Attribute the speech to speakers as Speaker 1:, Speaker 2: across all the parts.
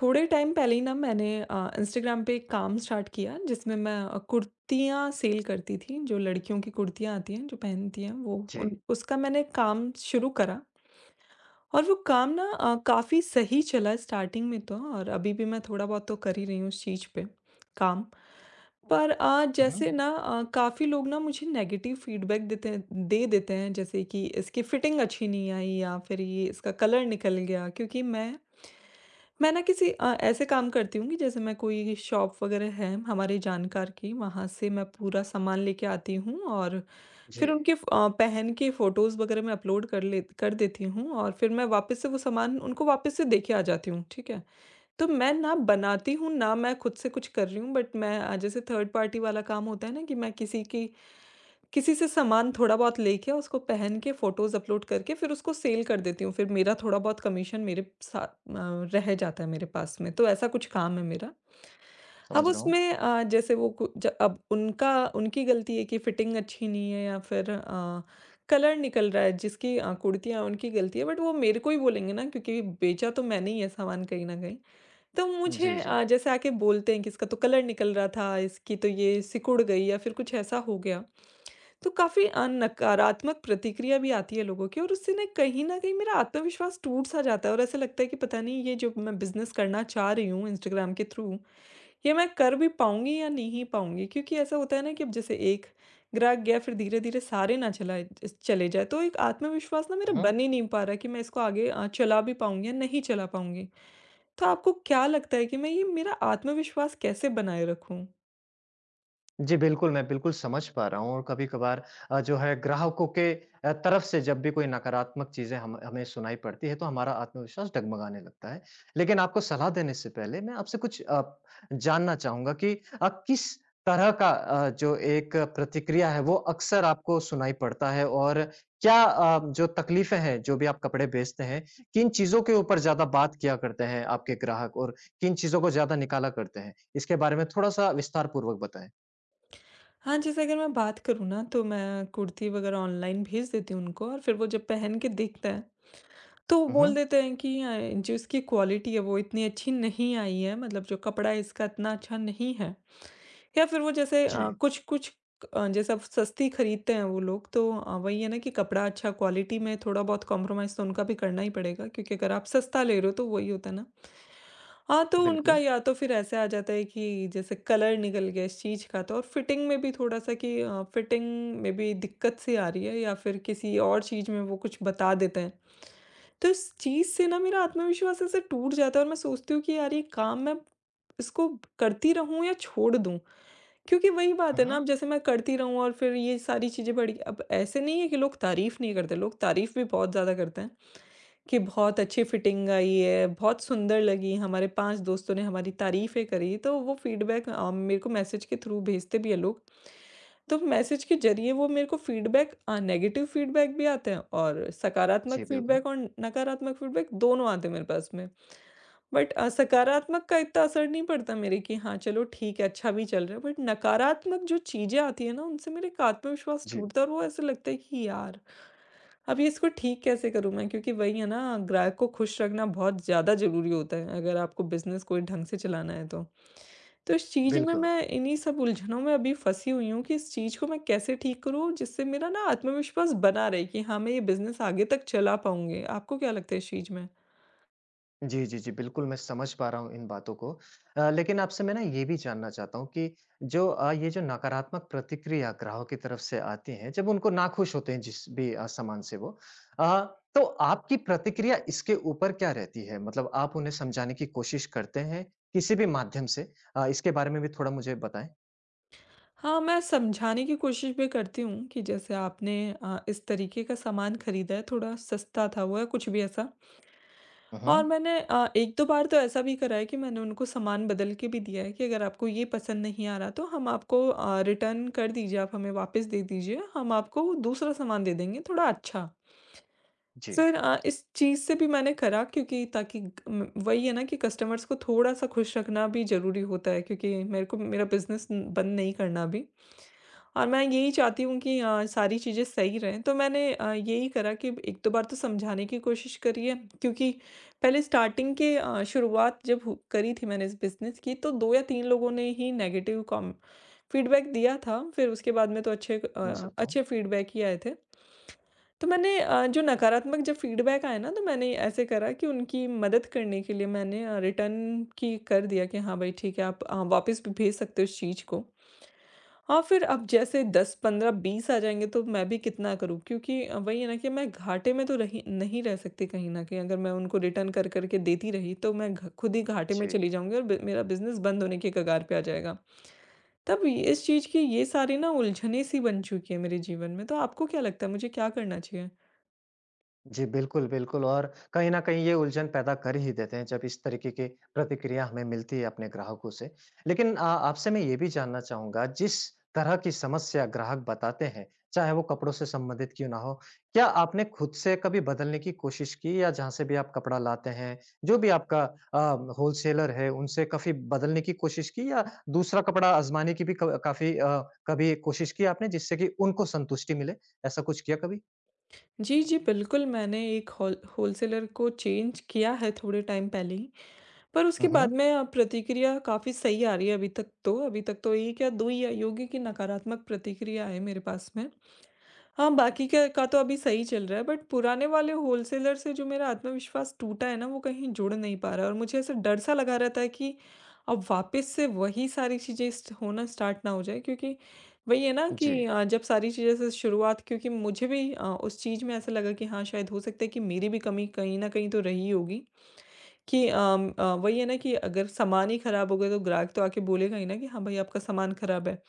Speaker 1: थोड़े टाइम पहले ही ना मैंने इंस्टाग्राम पे एक काम स्टार्ट किया, जिसमें मैं कुर्तियाँ सेल करती थी। जो लड़कियों की कुर्तियाँ आती हैं, जो पहनती हैं, वो
Speaker 2: जी।
Speaker 1: उन उसका मैंने काम शुरू करा। और वो काम ना काफ़ी सही चला स्टार्टिंग में तो, और अभी भी मैं थोड़ा बहुत तो कर ही रही हूँ उस चीज़ पे काम। पर
Speaker 2: हुँ,
Speaker 1: जैसे
Speaker 2: हुँ।
Speaker 1: ना काफ़ी लोग ना मुझे नेगेटिव फीडबैक देते हैं दे देते हैं, जैसे कि इसकी फिटिंग अच्छी नहीं आई, या फिर ये इसका कलर निकल गया। क्योंकि मैं ना किसी ऐसे काम करती हूँ कि जैसे, मैं कोई शॉप वगैरह है हमारे जानकार की, वहाँ से मैं पूरा सामान लेके आती हूँ, और फिर
Speaker 2: जी,
Speaker 1: उनके पहन के फ़ोटोज़ वगैरह मैं अपलोड कर देती हूँ, और फिर मैं वापस से वो सामान उनको वापस से देके आ जाती हूँ, ठीक है? तो मैं ना बनाती हूँ, ना मैं खुद से कुछ कर रही हूँ, बट मैं जैसे थर्ड पार्टी वाला काम होता है ना, कि मैं किसी से सामान थोड़ा बहुत लेके, उसको पहन के फ़ोटोज़ अपलोड करके, फिर उसको सेल कर देती हूँ। फिर मेरा थोड़ा बहुत कमीशन रह जाता है मेरे पास में, तो ऐसा कुछ काम है मेरा। अब
Speaker 2: समझ रहा हूँ।
Speaker 1: उसमें जैसे वो कु ज अब उनका उनकी गलती है कि फिटिंग अच्छी नहीं है, या फिर कलर निकल रहा है जिसकी कुर्तियाँ, उनकी गलती है, बट वो मेरे को ही बोलेंगे ना, क्योंकि बेचा तो मैंने ही है सामान कहीं न कहीं। तो
Speaker 2: जी,
Speaker 1: मुझे
Speaker 2: जी।
Speaker 1: जैसे आके बोलते हैं कि इसका तो कलर निकल रहा था, इसकी तो ये सिकुड़ गई, या फिर कुछ ऐसा हो गया। तो काफ़ी नकारात्मक प्रतिक्रिया भी आती है लोगों की, और उससे ना कहीं न कहीं मेरा आत्मविश्वास टूट-सा जाता है, और ऐसा लगता है कि पता नहीं, ये जो मैं बिज़नेस करना चाह रही हूँ इंस्टाग्राम के थ्रू, ये मैं कर भी पाऊँगी या नहीं पाऊँगी? क्योंकि ऐसा होता है ना कि अब जैसे एक ग्राहक गया, फिर धीरे-धीरे सारे ना चलाए ज चले जाएँ। तो एक आत्मविश्वास ना मेरा
Speaker 2: हुँ, हुँ।
Speaker 1: बन ही नहीं पा रहा है कि मैं इसको आगे चला भी पाऊँगी या नहीं चला पाऊँगी। तो आपको क्या लगता है कि मैं, ये मेरा आत्मविश्वास कैसे बनाए रखूँ?
Speaker 2: जी, बिल्कुल, मैं बिल्कुल समझ पा रहा हूँ और कभी-कभार जो है ग्राहकों के तरफ से जब भी कोई नकारात्मक चीज़ें हम हमें सुनाई पड़ती है, तो हमारा आत्मविश्वास डगमगाने लगता है। लेकिन आपको सलाह देने से पहले मैं आपसे कुछ जानना चाहूँगा कि किस तरह का जो एक प्रतिक्रिया है, वो अक्सर आपको सुनाई पड़ता है और क्या जो तकलीफ़ें हैं, जो भी आप कपड़े बेचते हैं, किन चीज़ों के ऊपर ज़्यादा बात किया करते हैं आपके ग्राहक और किन चीज़ों को ज़्यादा निकाला करते हैं? इसके बारे में थोड़ा-सा विस्तारपूर्वक बताएँ।
Speaker 1: हाँ, जैसे अगर मैं बात करूँ ना, तो मैं कुर्ती वगैरह ऑनलाइन भेज देती हूँ उनको, और फिर वो जब पहन के देखते हैं, तो वो
Speaker 2: हुँ,
Speaker 1: बोल
Speaker 2: हुँ।
Speaker 1: देते हैं कि जो इसकी क्वालिटी है वो इतनी अच्छी नहीं आई है, मतलब जो कपड़ा है इसका इतना अच्छा नहीं है। या फिर वो जैसे
Speaker 2: जी,
Speaker 1: कुछ-कुछ जैसे अब सस्ती खरीदते हैं वो लोग, तो वही है ना कि कपड़ा अच्छा क्वालिटी में थोड़ा बहुत कॉम्प्रोमाइज़ तो उनका भी करना ही पड़ेगा, क्योंकि अगर आप सस्ता ले रहे हो तो वही होता है ना। हाँ, तो उनका
Speaker 2: बिल्कुल।
Speaker 1: या तो फिर ऐसे आ जाता है कि जैसे कलर निकल गया इस चीज़ का तो, और फिटिंग में भी थोड़ा-सा कि फिटिंग में भी दिक्कत सी आ रही है, या फिर किसी और चीज़ में वो कुछ बता देते हैं। तो इस चीज़ से ना मेरा आत्मविश्वास ऐसे टूट जाता है, और मैं सोचती हूँ कि यार, ये काम मैं इसको करती रहूँ या छोड़ दूँ? क्योंकि वही बात
Speaker 2: हुँ,
Speaker 1: है ना,
Speaker 2: हुँ।
Speaker 1: अब जैसे मैं करती रहूँ और फिर ये सारी चीज़ें बढ़ी अब ऐसे नहीं है कि लोग तारीफ़ नहीं करते, लोग तारीफ़ भी बहुत ज़्यादा करते हैं। कि बहुत अच्छी फिटिंग आई है, बहुत सुंदर लगी, हमारे 5 दोस्तों ने हमारी तारीफ़ें करी, तो वो फीडबैक मेरे को मैसेज के थ्रू भेजते भी हैं लोग। तो मैसेज के ज़रिए वो मेरे को नेगेटिव फीडबैक भी आते हैं, और सकारात्मक
Speaker 2: जी, बिल्कुल।
Speaker 1: फीडबैक और नकारात्मक फीडबैक दोनों आते हैं मेरे पास में। बट सकारात्मक का इतना असर नहीं पड़ता मेरे, कि हाँ चलो ठीक है, अच्छा भी चल रहा है, बट नकारात्मक जो चीजें आती है ना, उनसे मेरे का आत्मविश्वास
Speaker 2: जी,
Speaker 1: टूटता है, और वो ऐसा लगता है कि यार, अब ये इसको ठीक कैसे करूँ मैं, क्योंकि वही है ना, ग्राहक को खुश रखना बहुत ज़्यादा ज़रूरी होता है अगर आपको बिजनेस कोई ढंग से चलाना है तो इस चीज़ में
Speaker 2: बिल्कुल।
Speaker 1: मैं इन्हीं सब उलझनों में अभी फंसी हुई हूँ, कि इस चीज़ को मैं कैसे ठीक करूँ, जिससे मेरा ना आत्मविश्वास बना रहे कि हाँ, मैं ये बिजनेस आगे तक चला पाऊंगी। आपको क्या लगता है इस चीज़ में?
Speaker 2: जी, जी, जी, बिल्कुल मैं समझ पा रहा हूँ इन बातों को। लेकिन आपसे मैं ना ये भी जानना चाहता हूँ कि जो ये जो नकारात्मक प्रतिक्रिया ग्राहक की तरफ से आती है, जब उनको नाखुश होते हैं जिस भी सामान से वो अ, तो आपकी प्रतिक्रिया इसके ऊपर क्या रहती है? मतलब आप उन्हें समझाने की कोशिश करते हैं किसी भी माध्यम से? इसके बारे में भी थोड़ा मुझे बताएँ।
Speaker 1: हाँ, मैं समझाने की कोशिश भी करती हूँ कि जैसे आपने इस तरीके का सामान खरीदा है, थोड़ा सस्ता था वो या कुछ भी ऐसा।
Speaker 2: हुँ,
Speaker 1: और
Speaker 2: हुँ।
Speaker 1: मैंने 1-2 बार तो ऐसा भी करा है कि मैंने उनको सामान बदल के भी दिया है कि अगर आपको ये पसंद नहीं आ रहा तो हम आपको, रिटर्न कर दीजिए, आप हमें वापस दे दीजिए, हम आपको दूसरा सामान दे देंगे थोड़ा अच्छा।
Speaker 2: जी,
Speaker 1: फिर इस चीज़ से भी मैंने करा, क्योंकि ताकि वही है ना कि कस्टमर्स को थोड़ा-सा खुश रखना भी ज़रूरी होता है, क्योंकि मेरे को मेरा बिज़नेस बंद नहीं करना अभी। और मैं यही चाहती हूँ कि सारी चीज़ें सही रहें, तो मैंने यही करा कि एक दो बार तो समझाने की कोशिश करी है, क्योंकि पहले शुरुआत जब करी थी मैंने इस बिजनेस की, तो दो या तीन लोगों ने ही नेगेटिव कॉम फीडबैक दिया था। फिर उसके बाद में तो
Speaker 2: समझ सकता हूँ।
Speaker 1: अच्छे फीडबैक ही आए थे। तो मैंने जो नकारात्मक जब फीडबैक आया ना, तो मैंने ऐसे करा कि उनकी मदद करने के लिए मैंने रिटर्न की कर दिया, कि हाँ भाई ठीक है, आप वापस भी भेज सकते हो उस चीज़ को। हाँ, फिर अब जैसे 10, 15, 20 आ जाएँगे, तो मैं भी कितना करूँ, क्योंकि वही है ना कि मैं घाटे में तो रही नहीं रह सकती कहीं न कहीं, अगर मैं उनको रिटर्न कर के देती रही, तो मैं घ खुद ही घाटे में
Speaker 2: जी।
Speaker 1: चली जाऊँगी, और ब मेरा बिज़नेस बंद होने की कगार पे आ जाएगा। तब इस चीज़ की ये सारी ना उलझने सी बन चुकी है मेरे जीवन में, तो आपको क्या लगता है, मुझे क्या करना चाहिए?
Speaker 2: जी, बिल्कुल, बिल्कुल और कहीं न कहीं ये उलझन पैदा कर ही देते हैं, जब इस तरीके की प्रतिक्रिया हमें मिलती है अपने ग्राहकों से। लेकिन आपसे मैं ये भी जानना चाहूँगा, जिस तरह की समस्या ग्राहक बताते हैं, चाहे वो कपड़ों से संबंधित क्यों ना हो, क्या आपने खुद से कभी बदलने की कोशिश की या जहाँ से भी आप कपड़ा लाते हैं, जो भी आपका होलसेलर है, उनसे काफ़ी बदलने की कोशिश की या दूसरा कपड़ा आज़माने की भी क काफ़ी कभी कोशिश की आपने, जिससे कि उनको संतुष्टि मिले? ऐसा कुछ किया कभी?
Speaker 1: जी, जी, बिल्कुल, मैंने एक होलसेलर को चेंज किया है थोड़े टाइम पहले ही। पर उसके
Speaker 2: हुँ,
Speaker 1: बाद
Speaker 2: हुँ।
Speaker 1: में प्रतिक्रिया काफ़ी सही आ रही है अभी तक तो। अभी तक तो 1 या 2 ही आई होगी कि नकारात्मक प्रतिक्रिया आए मेरे पास में। हाँ, बाकी के का तो अभी सही चल रहा है, बट पुराने वाले होलसेलर से जो मेरा आत्मविश्वास टूटा है ना, वो कहीं जुड़ नहीं पा रहा है, और मुझे ऐसा डर सा लगा रहता है कि अब वापस से वही सारी चीज़ें स्ट होना स्टार्ट ना हो जाए, क्योंकि वही है ना
Speaker 2: जी।
Speaker 1: कि जब सारी चीज़ें से शुरुआत, क्योंकि मुझे भी उस चीज़ में ऐसा लगा कि हाँ, शायद हो सकता है कि मेरी भी कमी कहीं न कहीं तो रही होगी। कि वही है ना कि अगर सामान ही खराब हो गया, तो ग्राहक तो आके बोलेगा ही ना कि हाँ भाई, आपका सामान खराब है।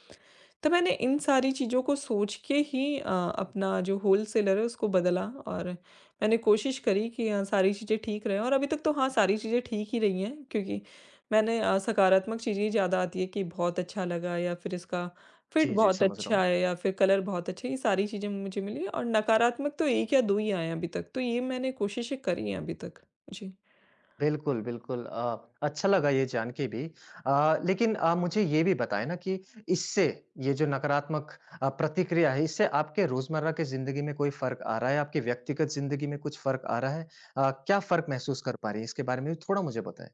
Speaker 1: तो मैंने इन सारी चीज़ों को सोच के ही अपना जो होलसेलर है उसको बदला, और मैंने कोशिश करी कि हाँ, सारी चीज़ें ठीक रहें, और अभी तक तो हाँ, सारी चीज़ें ठीक ही रही हैं, क्योंकि मैंने सकारात्मक चीज़ें ही ज़्यादा आती है, कि बहुत अच्छा लगा, या फिर इसका फिट
Speaker 2: जी, जी,
Speaker 1: बहुत
Speaker 2: समझ रहा
Speaker 1: अच्छा
Speaker 2: हूँ।
Speaker 1: है, या फिर कलर बहुत अच्छा है, ये सारी चीज़ें मुझे मिली, और नकारात्मक तो 1 या 2 ही आए हैं अभी तक। तो ये मैंने कोशिशें करी हैं अभी तक। जी।
Speaker 2: बिल्कुल, बिल्कुल अच्छा लगा ये जान के भी लेकिन मुझे ये भी बताएँ ना कि इससे ये जो नकारात्मक प्रतिक्रिया है, इससे आपके रोज़मर्रा की ज़िंदगी में कोई फ़र्क आ रहा है? आपकी व्यक्तिगत ज़िंदगी में कुछ फ़र्क आ रहा है? क्या फ़र्क महसूस कर पा रही हैं? इसके बारे में भी थोड़ा मुझे बताएँ।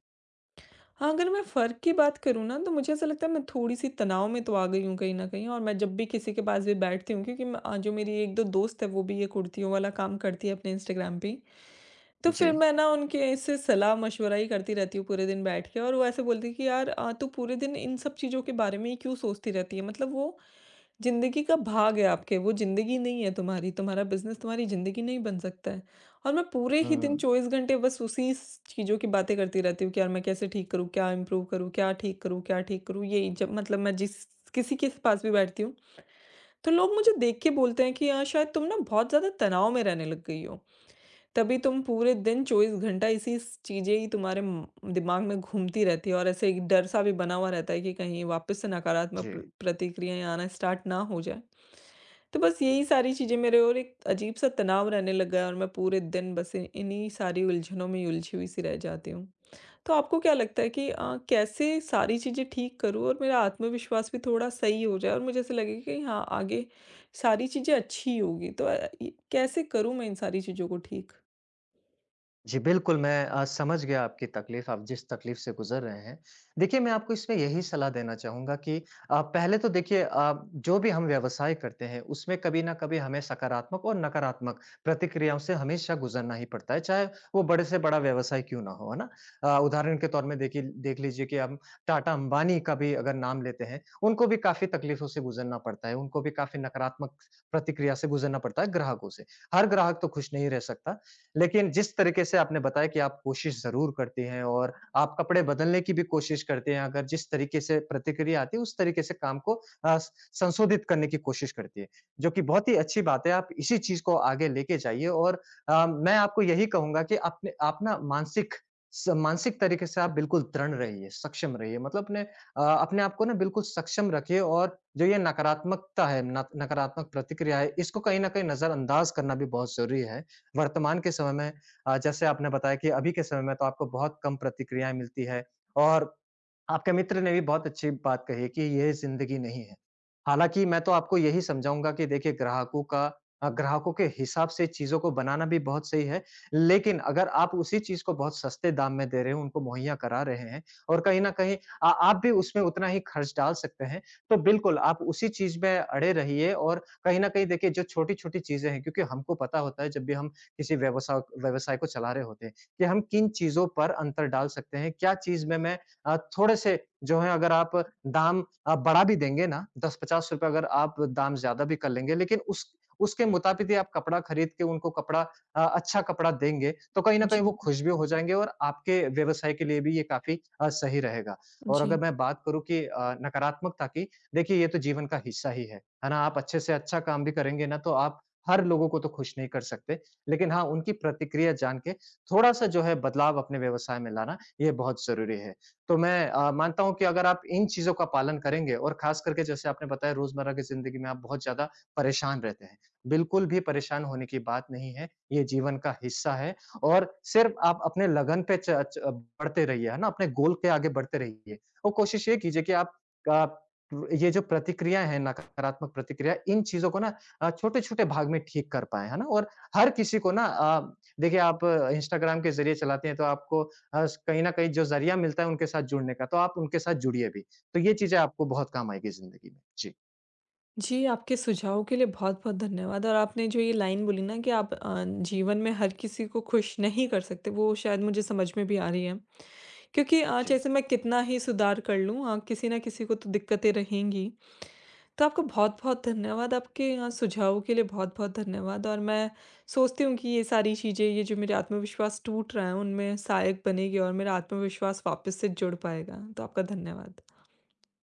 Speaker 1: हाँ, अगर मैं फ़र्क की बात करूँ ना, तो मुझे ऐसा लगता है मैं थोड़ी-सी तनाव में तो आ गई हूँ कहीं न कहीं, और मैं जब भी किसी के पास भी बैठती हूँ, क्योंकि जो मेरी 1-2 दोस्त है, वो भी ये कुर्तियों वाला काम करती है अपने इंस्टाग्राम पे ही। तो फिर
Speaker 2: जी।
Speaker 1: मैं ना उनके इससे सलाह-मशवरा ही करती रहती हूँ पूरे दिन बैठ के, और वो ऐसे बोलती है कि यार, तू पूरे दिन इन सब चीज़ों के बारे में ही क्यों सोचती रहती है? मतलब वो ज़िंदगी का भाग है आपके, वो ज़िंदगी नहीं है तुम्हारी, तुम्हारा बिज़नेस तुम्हारी ज़िंदगी नहीं बन सकता है। और मैं पूरे ही दिन
Speaker 2: हुँ,
Speaker 1: 24 घंटे बस उसी स चीज़ों की बातें करती रहती हूँ कि यार, मैं कैसे ठीक करूँ, क्या इम्प्रूव करूँ, क्या ठीक करूँ, क्या ठीक करूँ? यही जब मैं जिस किसी के पास भी बैठती हूँ, तो लोग मुझे देख के बोलते हैं कि, शायद तुम ना बहुत ज़्यादा तनाव में रहने लग गई हो। तभी तुम पूरे दिन 24 घंटा इसी स चीज़ें ही तुम्हारे म दिमाग में घूमती रहती है।" और ऐसे एक डर-सा भी बना हुआ रहता है कि कहीं वापस से नकारात्मक
Speaker 2: जी।
Speaker 1: प्रतिक्रियाएँ आना स्टार्ट ना हो जाएँ। तो बस यही सारी चीज़ें मेरे, और एक अजीब-सा तनाव रहने लगा है, और मैं पूरे दिन बस इ इन्हीं सारी उलझनों में ही उलझी हुई सी रह जाती हूँ। तो आपको क्या लगता है कि कैसे सारी चीज़ें ठीक करूँ, और मेरा आत्मविश्वास भी थोड़ा सही हो जाए, और मुझे ऐसा लगे कि हाँ, आगे सारी चीज़ें अच्छी होगी। तो इ कैसे करूँ मैं इन सारी चीज़ों को ठीक?
Speaker 2: जी, बिल्कुल, मैं समझ गया आपकी तकलीफ़, आप जिस तकलीफ़ से गुज़र रहे हैं। देखिए, मैं आपको इसमें यही सलाह देना चाहूँगा कि पहले तो देखिए जो भी हम व्यवसाय करते हैं, उसमें कभी न कभी हमें सकारात्मक और नकारात्मक प्रतिक्रियाओं से हमेशा गुज़रना ही पड़ता है, चाहे वो बड़े से बड़ा व्यवसाय क्यों ना हो, है ना? उदाहरण के तौर में देख लीजिए कि हम टाटा अंबानी का भी अगर नाम लेते हैं, उनको भी काफ़ी तकलीफ़ों से गुज़रना पड़ता है, उनको भी काफ़ी नकारात्मक प्रतिक्रिया से गुज़रना पड़ता है ग्राहकों से। हर ग्राहक तो खुश नहीं रह सकता, लेकिन जिस तरीके से आपने बताया कि आप कोशिश ज़रूर करती हैं और आप कपड़े बदलने की भी कोशिश करते हैं, अगर जिस तरीके से प्रतिक्रिया आती है, उस तरीके से काम को अ, स संशोधित करने की कोशिश करती है, जो कि बहुत ही अच्छी बात है। आप इसी चीज़ को आगे लेके जाइए और मैं आपको यही कहूँगा कि अपने आप ना मानसिक तरीके से आप बिल्कुल दृढ़ रहिए, सक्षम रहिए मतलब अपने अपने आप को ना बिल्कुल सक्षम रखिए और जो ये नकारात्मकता है, नक नकारात्मक प्रतिक्रिया है, इसको कहीं न कहीं नज़रअंदाज करना भी बहुत ज़रूरी है। वर्तमान के समय में जैसे आपने बताया कि अभी के समय में तो आपको बहुत कम प्रतिक्रियाएँ मिलती है और आपके मित्र ने भी बहुत अच्छी बात कही कि ये ज़िंदगी नहीं है। हालाँकि मैं तो आपको यही समझाऊँगा कि देखिए ग्राहकों के हिसाब से चीज़ों को बनाना भी बहुत सही है, लेकिन अगर आप उसी चीज़ को बहुत सस्ते दाम में दे रहे हो, उनको मुहैया करा रहे हैं और कहीं न कहीं आप भी उसमें उतना ही खर्च डाल सकते हैं। तो बिल्कुल आप उसी चीज़ में अड़े रहिए और कहीं न कहीं देखिए जो छोटी-छोटी चीज़ें हैं क्योंकि हमको पता होता है जब भी हम किसी व्यवसा व्यवसाय को चला रहे होते हैं, कि हम किन चीज़ों पर अंतर डाल सकते हैं, क्या चीज़ में मैं थोड़े से जो है अगर आप दाम बढ़ा भी देंगे ना, 10-50 रुपए अगर आप दाम ज़्यादा भी कर लेंगे, लेकिन उस उसके मुताबिक ही आप कपड़ा खरीद के उनको अच्छा कपड़ा देंगे, तो कहीं न
Speaker 1: जी,
Speaker 2: कहीं वो खुश भी हो जाएँगे और आपके व्यवसाय के लिए भी ये काफ़ी सही रहेगा। और अगर
Speaker 1: जी।
Speaker 2: मैं बात करूँ कि नकारात्मकता की, देखिए ये तो जीवन का हिस्सा ही है ना? आप अच्छे से अच्छा काम भी करेंगे ना, तो आप हर लोगों को तो खुश नहीं कर सकते, लेकिन हाँ, उनकी प्रतिक्रिया जान के थोड़ा-सा जो है बदलाव अपने व्यवसाय में लाना, ये बहुत ज़रूरी है। तो मैं मानता हूँ कि अगर आप इन चीज़ों का पालन करेंगे और ख़ास करके जैसे आपने बताया रोज़मर्रा की ज़िंदगी में आप बहुत ज़्यादा परेशान रहते हैं। बिल्कुल भी परेशान होने की बात नहीं है, ये जीवन का हिस्सा है और सिर्फ़ आप अपने लगन पे च च बढ़ते रहिए, है ना? अपने गोल के आगे बढ़ते रहिए और कोशिश ये कीजिए कि आप ये जो प्रतिक्रिया है, नकारात्मक प्रतिक्रिया, इन चीज़ों को ना छोटे-छोटे भाग में ठीक कर पाएँ, है ना? और हर किसी को ना देखिए आप इंस्टाग्राम के ज़रिए चलाते हैं तो आपको हस कहीं न कहीं जो ज़रिया मिलता है उनके साथ जुड़ने का, तो आप उनके साथ जुड़िए भी। तो ये चीज़ें आपको बहुत काम आएगी ज़िंदगी में। जी।
Speaker 1: जी, आपके सुझाव के लिए बहुत-बहुत धन्यवाद, और आपने जो ये लाइन बोली ना कि आप जीवन में हर किसी को खुश नहीं कर सकते, वो शायद मुझे समझ में भी आ रही है। क्योंकि
Speaker 2: जी।
Speaker 1: जैसे मैं कितना ही सुधार कर लूँ, किसी ना किसी को तो दिक्कतें रहेंगी। तो आपका बहुत-बहुत धन्यवाद, आपके सुझावों के लिए बहुत-बहुत धन्यवाद, और मैं सोचती हूँ कि ये सारी चीज़ें, ये जो मेरे आत्मविश्वास टूट रहा है, उनमें सहायक बनेगी, और मेरा आत्मविश्वास वापस से जुड़ पाएगा। तो आपका धन्यवाद।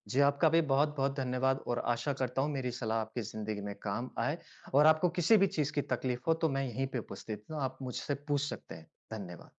Speaker 2: जी, आपका भी बहुत-बहुत धन्यवाद और आशा करता हूँ मेरी सलाह आपकी ज़िंदगी में काम आए और आपको किसी भी चीज़ की तकलीफ़ हो तो मैं यहीं पे उपस्थित हूँ, आप मुझसे पूछ सकते हैं। धन्यवाद।